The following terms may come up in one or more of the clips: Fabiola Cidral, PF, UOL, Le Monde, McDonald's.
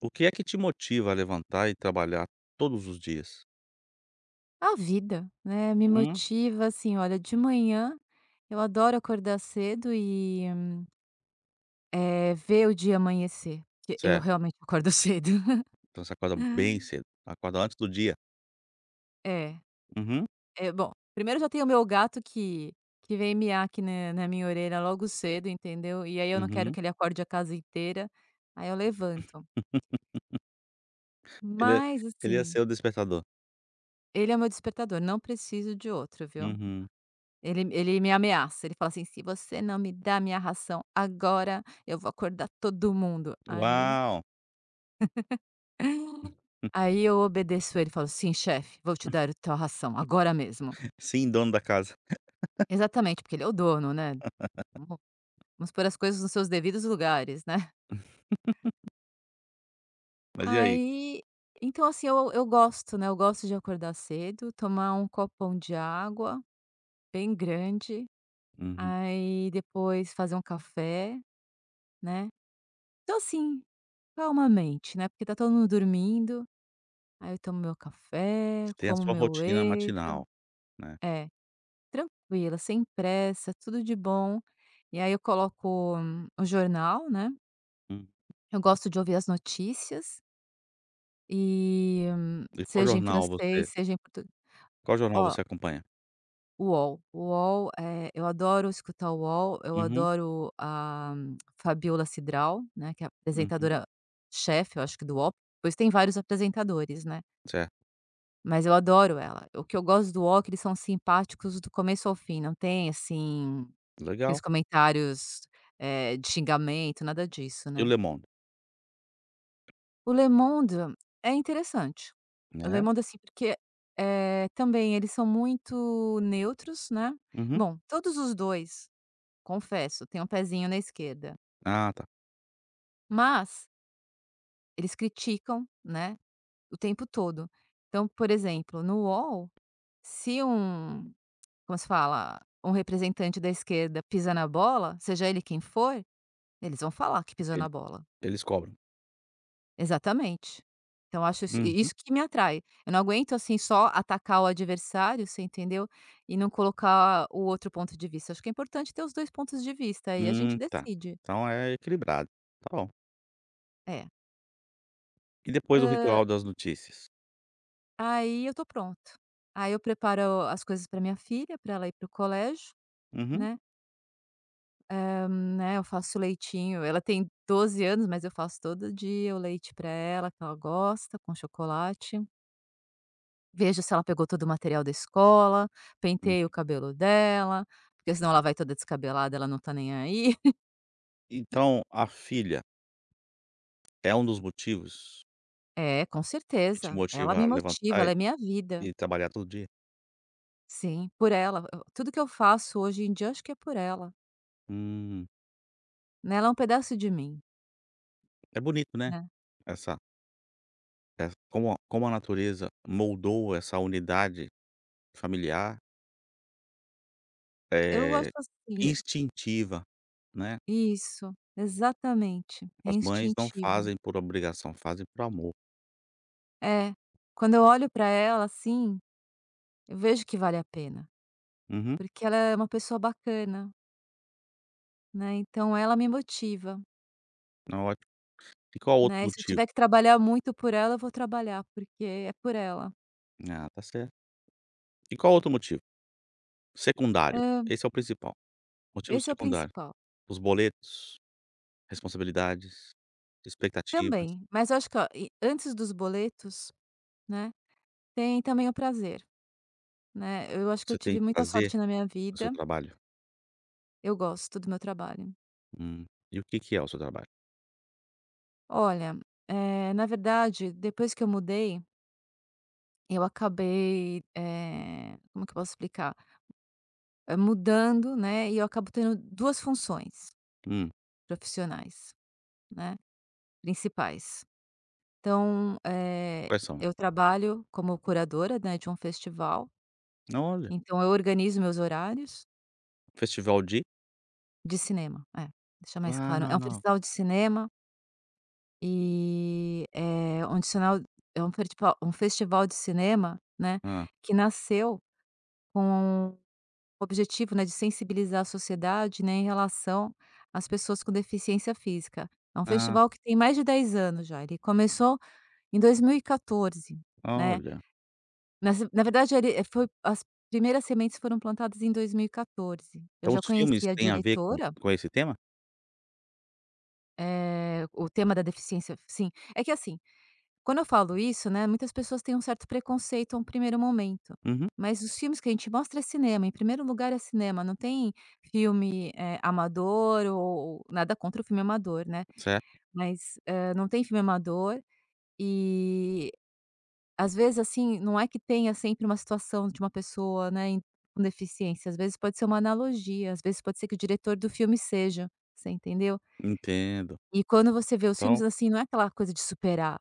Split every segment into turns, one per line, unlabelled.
O que é que te motiva a levantar e trabalhar todos os dias?
A vida, né, me
Hum.
motiva, assim, olha, de manhã eu adoro acordar cedo e, ver o dia amanhecer, porque eu
Certo,
realmente acordo cedo.
então você acorda bem cedo, acorda antes do dia.
É,
Uhum,
é bom, primeiro já tem o meu gato que vem miar aqui na minha orelha logo cedo, entendeu, e aí eu não quero
uhum.
que ele acorde a casa inteira, aí eu levanto.
Ele é
Mas,
ele ia
assim,
ser o despertador.
ele é o meu despertador, não preciso de outro, viu.
Uhum.
Ele me ameaça, ele fala assim: "Se você não me dá minha ração agora, eu vou acordar todo mundo". Aí
Uau!
aí eu obedeço ele, e falo: "Sim, chefe, vou te dar a tua ração agora mesmo".
Sim, dono da casa.
Exatamente, porque ele é o dono, né, vamos vamos pôr as coisas nos seus devidos lugares, né.
Mas e aí?
Aí, então assim, eu gosto, né, eu gosto de acordar cedo, tomar um copão de água bem grande,
Uhum.
aí depois fazer um café, né. Então assim, calmamente, né, porque tá todo mundo dormindo. Aí eu tomo meu café,
Você tem a
como
sua
meu
rotina
waffle.
matinal, né.
É, tranquila, sem pressa, tudo de bom. E aí eu coloco o jornal, né.
Hum.
Eu gosto de ouvir as notícias, e
E qual
seja em
jornal
francês,
você
seja em portu
qual jornal
ó,
você acompanha?
o UOL. O UOL, eu adoro escutar o UOL, eu
Uhum,
adoro a Fabiola Cidral, né, que é a
uhum.
apresentadora-chefe, eu acho que do UOL, pois tem vários apresentadores, né.
Certo,
Mas eu adoro ela. O que eu gosto do UOL, que eles são simpáticos do começo ao fim, não tem, assim, aqueles
legal.
comentários, de xingamento, nada disso,
E
né.
o Le Monde?
O Le Monde é interessante. O Le
Né.
Monde, assim, porque, também eles são muito neutros, né.
Uhum.
Bom, todos os 2 confesso, tem um pezinho na esquerda,
Ah, tá.
mas eles criticam, né, o tempo todo. Então, por exemplo, no UOL, se um como se fala, um representante da esquerda pisa na bola, seja ele quem for, eles vão falar que pisou
Ele
na bola.
eles cobram.
Exatamente. Então acho isso e
Uhum.
isso que me atrai. Eu não aguento, assim, só atacar o adversário, você entendeu, e não colocar o outro ponto de vista. Acho que é importante ter os 2 pontos de vista, aí a gente
Tá.
decide.
Então é equilibrado. Tá bom.
É.
E depois o
Hã,
ritual das notícias?
aí eu estou pronto. Aí eu preparo as coisas para minha filha, para ela ir para o colégio,
Uhum.
né. Né, eu faço leitinho. Ela tem 12 anos, mas eu faço todo dia o leite para ela, que ela gosta, com chocolate. Vejo se ela pegou todo o material da escola,
Hum.
penteio o cabelo dela, porque senão ela vai toda descabelada, ela não tá nem aí.
Então a filha é um dos motivos
É, com
que te
certeza. Ela
motiva
me
a
motiva,
levantar e
ela é minha vida.
e trabalhar todo dia?
Sim, por ela. Tudo que eu faço hoje em dia, acho que é por ela.
Hum,
Né? Ela é um pedaço de mim,
é bonito, né,
né?
essa essa como a natureza moldou essa unidade familiar,
Eu acho
é
assim,
instintiva, né.
isso, exatamente. É
As mães não
instintivo.
fazem por obrigação, fazem por amor.
É, quando eu olho para ela, assim, eu vejo que vale a pena,
Uhum.
porque ela é uma pessoa bacana, né, então ela me motiva,
É ótimo. E qual outro
né, se eu
motivo?
tiver que trabalhar muito por ela, eu vou trabalhar, porque é por ela.
Ah, tá certo. E qual outro motivo? Secundário,
Hã,
esse é o principal, motivo
esse é o
secundário,
principal.
os boletos, responsabilidades, expectativas,
Também, mas eu acho que, ó, e antes dos boletos, né, tem também o prazer, né, eu acho que eu
você tem
tive muita
prazer
sorte na minha
no seu
vida,
trabalho?
eu gosto do meu trabalho.
Hum, e o que que é o seu trabalho?
Olha, na verdade, depois que eu mudei, eu acabei, como que eu posso explicar? Mudando, né, e eu acabo tendo 2 funções
Hum,
profissionais, né, principais. Então,
quais são?
eu trabalho como curadora, né, de um festival,
Olha,
então eu organizo meus horários
festival de
de cinema, é, deixar mais claro, é um
uau,
festival de cinema e é um adicional é um fertival um festival de cinema, né, que nasceu com objetivo, né, de sensibilizar a sociedade, né, em relação às pessoas com deficiência física. É um
hã,
festival que tem mais de 10 anos já, ele começou em 2014,
ah,
né.
olha,
Nas na verdade ele, foi as primeiras sementes foram plantadas em 2014. Eu
então
já
os filmes
conhecia a
têm a ver com
diretora,
com esse tema?
o tema da deficiência, sim, é que assim, quando eu falo isso, né, muitas pessoas têm um certo preconceito a um primeiro momento,
Uhum,
mas os filmes que a gente mostra é cinema, em primeiro lugar é cinema, não tem filme, amador, ou nada contra o filme amador, né,
certo,
mas, não tem filme amador e, às vezes, assim, não é que tenha sempre uma situação de uma pessoa, né, com deficiência, às vezes pode ser uma analogia, às vezes pode ser que o diretor do filme seja, você entendeu?
entendo.
E quando você vê os filmes,
Então
assim, não é aquela coisa de superar,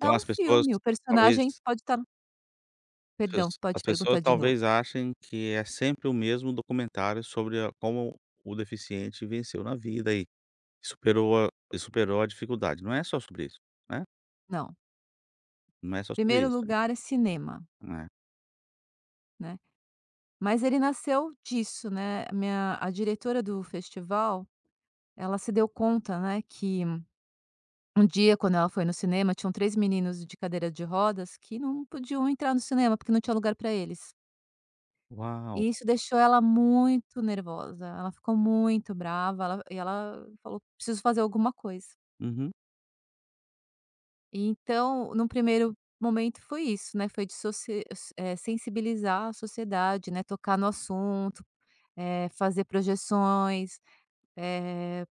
é um filme, o
talvez
personagem pode estar...
As
Perdão,
pesso
pode
as pessoas
perguntar de novo.
talvez achem que é sempre o mesmo documentário sobre a como o deficiente venceu na vida e superou a dificuldade, não é só sobre isso, né,
Não.
não é só sobre
Primeiro
isso,
lugar é cinema,
né.
né. Mas ele nasceu disso, né, a diretora do festival, ela se deu conta, né, que um dia quando ela foi no cinema tinham 3 meninos de cadeira de rodas que não podiam entrar no cinema, porque não tinha lugar para eles.
Uau!
E isso deixou ela muito nervosa, ela ficou muito brava, ela falou: "Preciso fazer alguma coisa".
Uhum.
E então, num primeiro momento foi isso, né, foi sensibilizar a sociedade, né, tocar no assunto, fazer projeções, eh,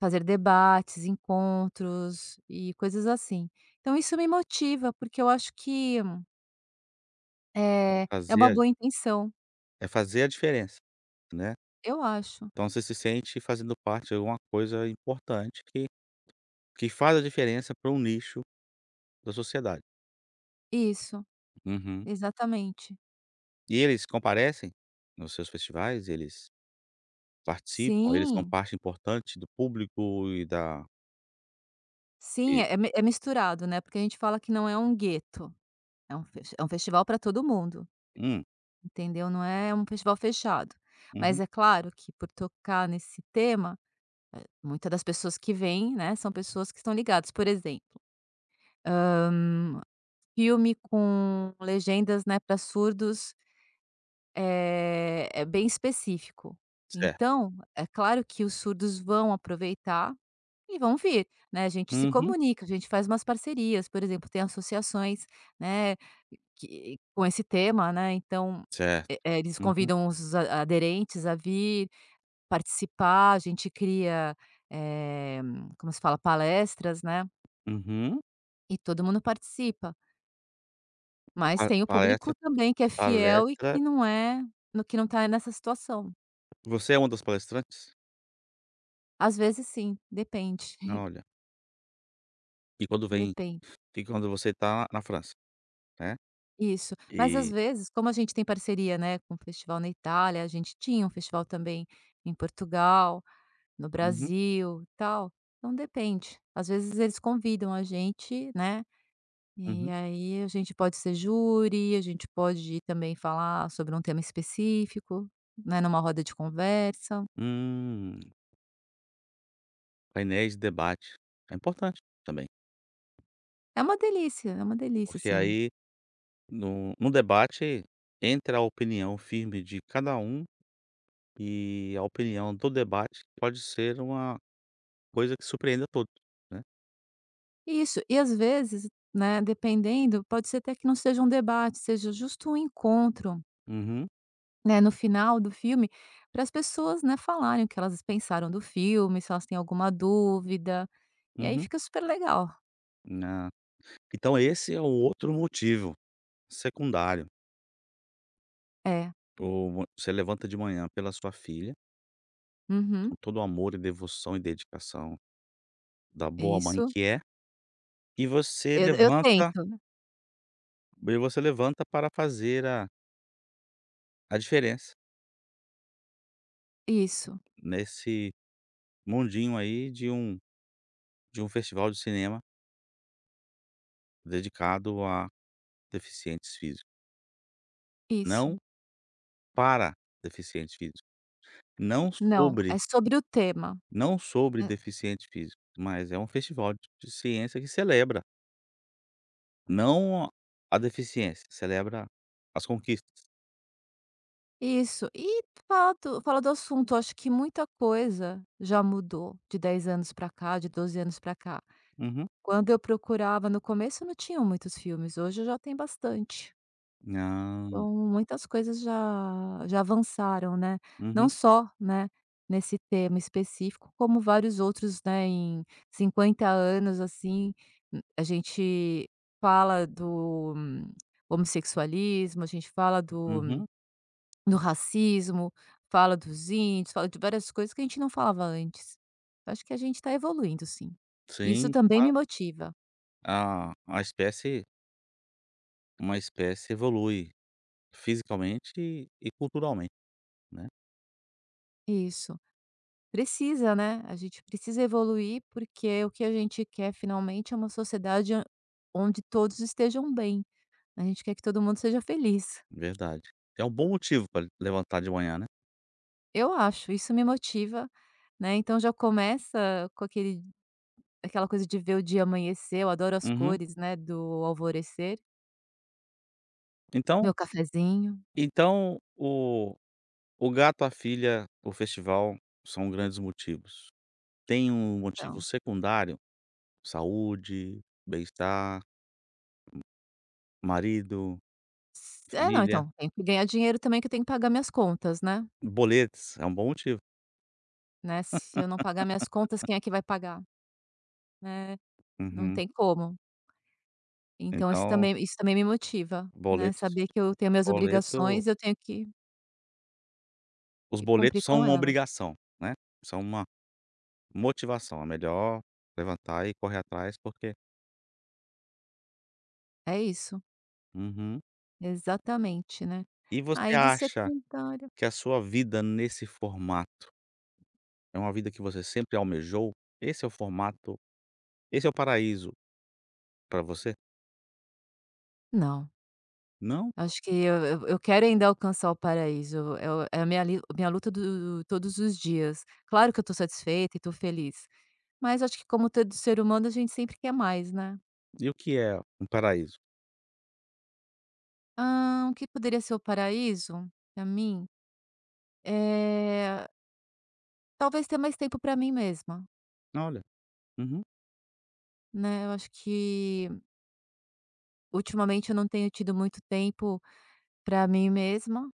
fazer debates, encontros e coisas assim. Então isso me motiva, porque eu acho que,
É
é uma
Fazer a
boa intenção.
é fazer a diferença, né.
Eu acho.
Então você se sente fazendo parte de alguma coisa importante que faz a diferença para um nicho da sociedade.
Isso,
Uhum.
exatamente.
E eles comparecem nos seus festivais? Eles participam, eles são
Sim,
parte importante do público e da
sim,
e
é é mi é misturado, né, porque a gente fala que não é um gueto, é um fes é um festival para todo mundo.
hum,
Entendeu? Não é um festival fechado. Mas
uhum,
é claro que por tocar nesse tema, muitas das pessoas que vêm, né, são pessoas que estão ligadas. Por exemplo, filme com legendas, né, para surdos é bem específico.
certo.
Então, é claro que os surdos vão aproveitar e vão vir, né. A gente se
Uhum,
comunica, a gente faz umas parcerias, por exemplo, tem associações, né, que com esse tema, né, então,
certo.
eles
Uhum,
convidam os a aderentes a vir participar, a gente cria, eh, como se fala? Palestras, né,
uhum.
e todo mundo participa. Mas
Pa
tem o público
palestra
também que é fiel e
palestra
que não é, no que não tá nessa situação.
você é uma das palestrantes?
Às vezes sim, depende,
Olha, e quando vem
depende.
e quando você tá na França, né.
Isso. Mas às
E
vezes, como a gente tem parceria, né, com o festival na Itália, a gente tinha um festival também em Portugal, no
uhum,
Brasil, e tal, então depende. Às vezes eles convidam a gente, né, e
uhum.
aí a gente pode ser júri, a gente pode também falar sobre um tema específico, né, numa roda de conversa.
Hum, painéis de debate, é importante também,
É uma delícia,
porque
assim.
aí no debate entra a opinião firme de cada um e a opinião do debate pode ser uma coisa que surpreenda a todos, né.
Isso, e às vezes, né, dependendo, pode ser até que não seja um debate, seja justo um encontro,
Uhum,
né, no final do filme, para as pessoas, né, falarem o que elas pensaram do filme, se elas têm alguma dúvida. E aí
uhum.
fica super legal.
Ah. Então esse é o outro motivo secundário.
É.
Você levanta de manhã pela sua filha, com
Uhum.
todo o amor e devoção e dedicação da boa mãe
Isso.
que é, e você
Eu
levanta
tento.
e você levanta para fazer a diferença
Isso,
nesse mundinho aí de um festival de cinema dedicado a deficientes físicos, não
isso.
para deficientes físicos, não
Não,
sobre
é sobre o tema.
Não sobre deficiente físico, mas é um festival de ciência que celebra, não a deficiência, celebra as conquistas.
É isso. E fala do assunto, acho que muita coisa já mudou de 10 anos pra cá, de 12 anos pra cá.
Uhum.
Quando eu procurava no começo não tinham muitos filmes, hoje já tem bastante.
Ah,
Então muitas coisas já já avançaram, né. Não
uhum,
só, né, nesse tema específico, como vários outros, né, em 50 anos, assim, a gente fala do homossexualismo, a gente fala do
uhum.
Do racismo, fala dos índios, fala de várias coisas que a gente não falava antes. Acho que a gente está evoluindo, sim. Isso
Sim,
também me
claro.
motiva.
A espécie uma espécie evolui fisicamente e culturalmente, né,
Isso. Precisa, né, a gente precisa evoluir, porque o que a gente quer finalmente é uma sociedade a onde todos estejam bem. A gente quer que todo mundo seja feliz.
verdade. É um bom motivo para levantar de manhã, né.
Eu acho, isso me motiva, né, então já começa com aquele aquela coisa de ver o dia amanhecer, eu adoro as
Uhum.
cores, né, do alvorecer,
Então
meu cafezinho,
então o Gato, a Filha, o festival são grandes motivos. Tem um motivo
então
secundário: saúde, bem-estar, marido,
é, não,
família,
então, tem que ganhar dinheiro também que eu tenho que pagar minhas contas, né,
boletos, é um bom motivo.
né, se eu não pagar minhas contas, quem é que vai pagar, né, não
Uhum.
tem como. Então esse
Então,
também isso também me motiva, né,
boletos
saber que eu tenho minhas
boleto
obrigações e eu tenho que
os
que cumprir
boletos são
com
uma
elas.
obrigação, né, são uma motivação, é melhor levantar e correr atrás porque.
É isso,
Uhum.
exatamente, né.
E você
Aí de
acha
secundária
que a sua vida nesse formato é uma vida que você sempre almejou? Esse é o formato esse é o paraíso para você?
não,
Não?
acho que eu quero ainda alcançar o paraíso, é o é a minha li minha luta do todos os dias. Claro que eu estou satisfeita e estou feliz, mas acho que como todo ser humano a gente sempre quer mais, né.
E o que é um paraíso?
O que poderia ser o paraíso para mim? Eh, talvez ter mais tempo para mim mesma,
Olha, uhum,
né, eu acho que ultimamente eu não tenho tido muito tempo para mim mesma,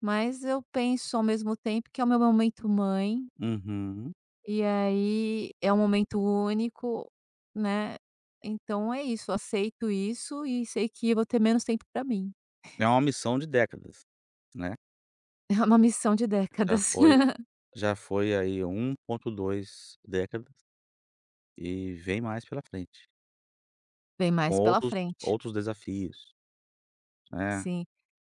mas eu penso ao mesmo tempo que é o meu momento mãe,
uhum.
e aí é um momento único, né, então é isso, aceito isso e sei que eu vou ter menos tempo para mim.
É uma missão de décadas, né.
É uma missão de
Já
décadas.
foi já foi aí 1.2 décadas e vem mais pela frente,
Vem
com
mais pela
outros
frente.
outros desafios, né.
Sim.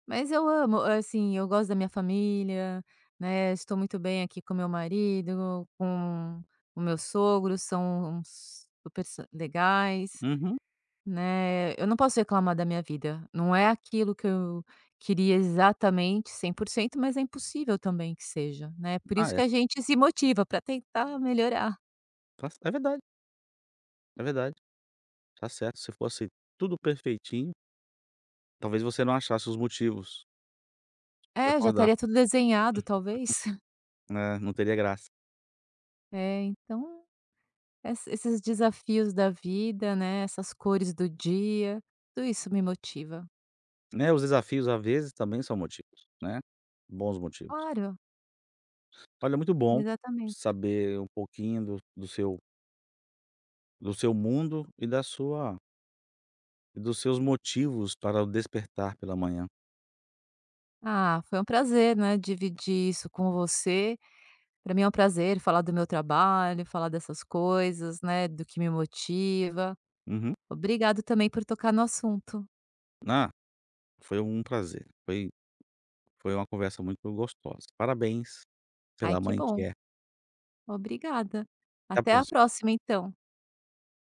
Mas eu amo, assim, eu gosto da minha família, né, estou muito bem aqui com meu marido, com o meu sogro, são uns super s legais,
Uhum.
né. Eu não posso reclamar da minha vida, não é aquilo que eu queria exatamente 100%, mas é impossível também que seja, né. Por
Ah,
isso que
é.
a gente se motiva para tentar melhorar.
Tá c é verdade, tá certo. Se fosse tudo perfeitinho, talvez você não achasse os motivos para
É, já
acordar,
estaria tudo desenhado talvez.
né, não teria graça,
É, então esses desafios da vida, né, essas cores do dia, tudo isso me motiva.
né. Os desafios, às vezes, também são motivos, né, bons motivos.
Claro,
Olha, é muito bom
exatamente.
saber um pouquinho do seu mundo e da sua E dos seus motivos para o despertar pela manhã.
Ah, foi um prazer, né, dividir isso com você. Para mim é um prazer falar do meu trabalho, falar dessas coisas, né, do que me motiva.
Uhum.
Obrigado também por tocar no assunto.
Ah, foi um prazer. Foi uma conversa muito gostosa. Parabéns
Ai,
pela
que
mãe que
bom.
é.
Obrigada.
Até a
Até a
próxima.
próxima, então.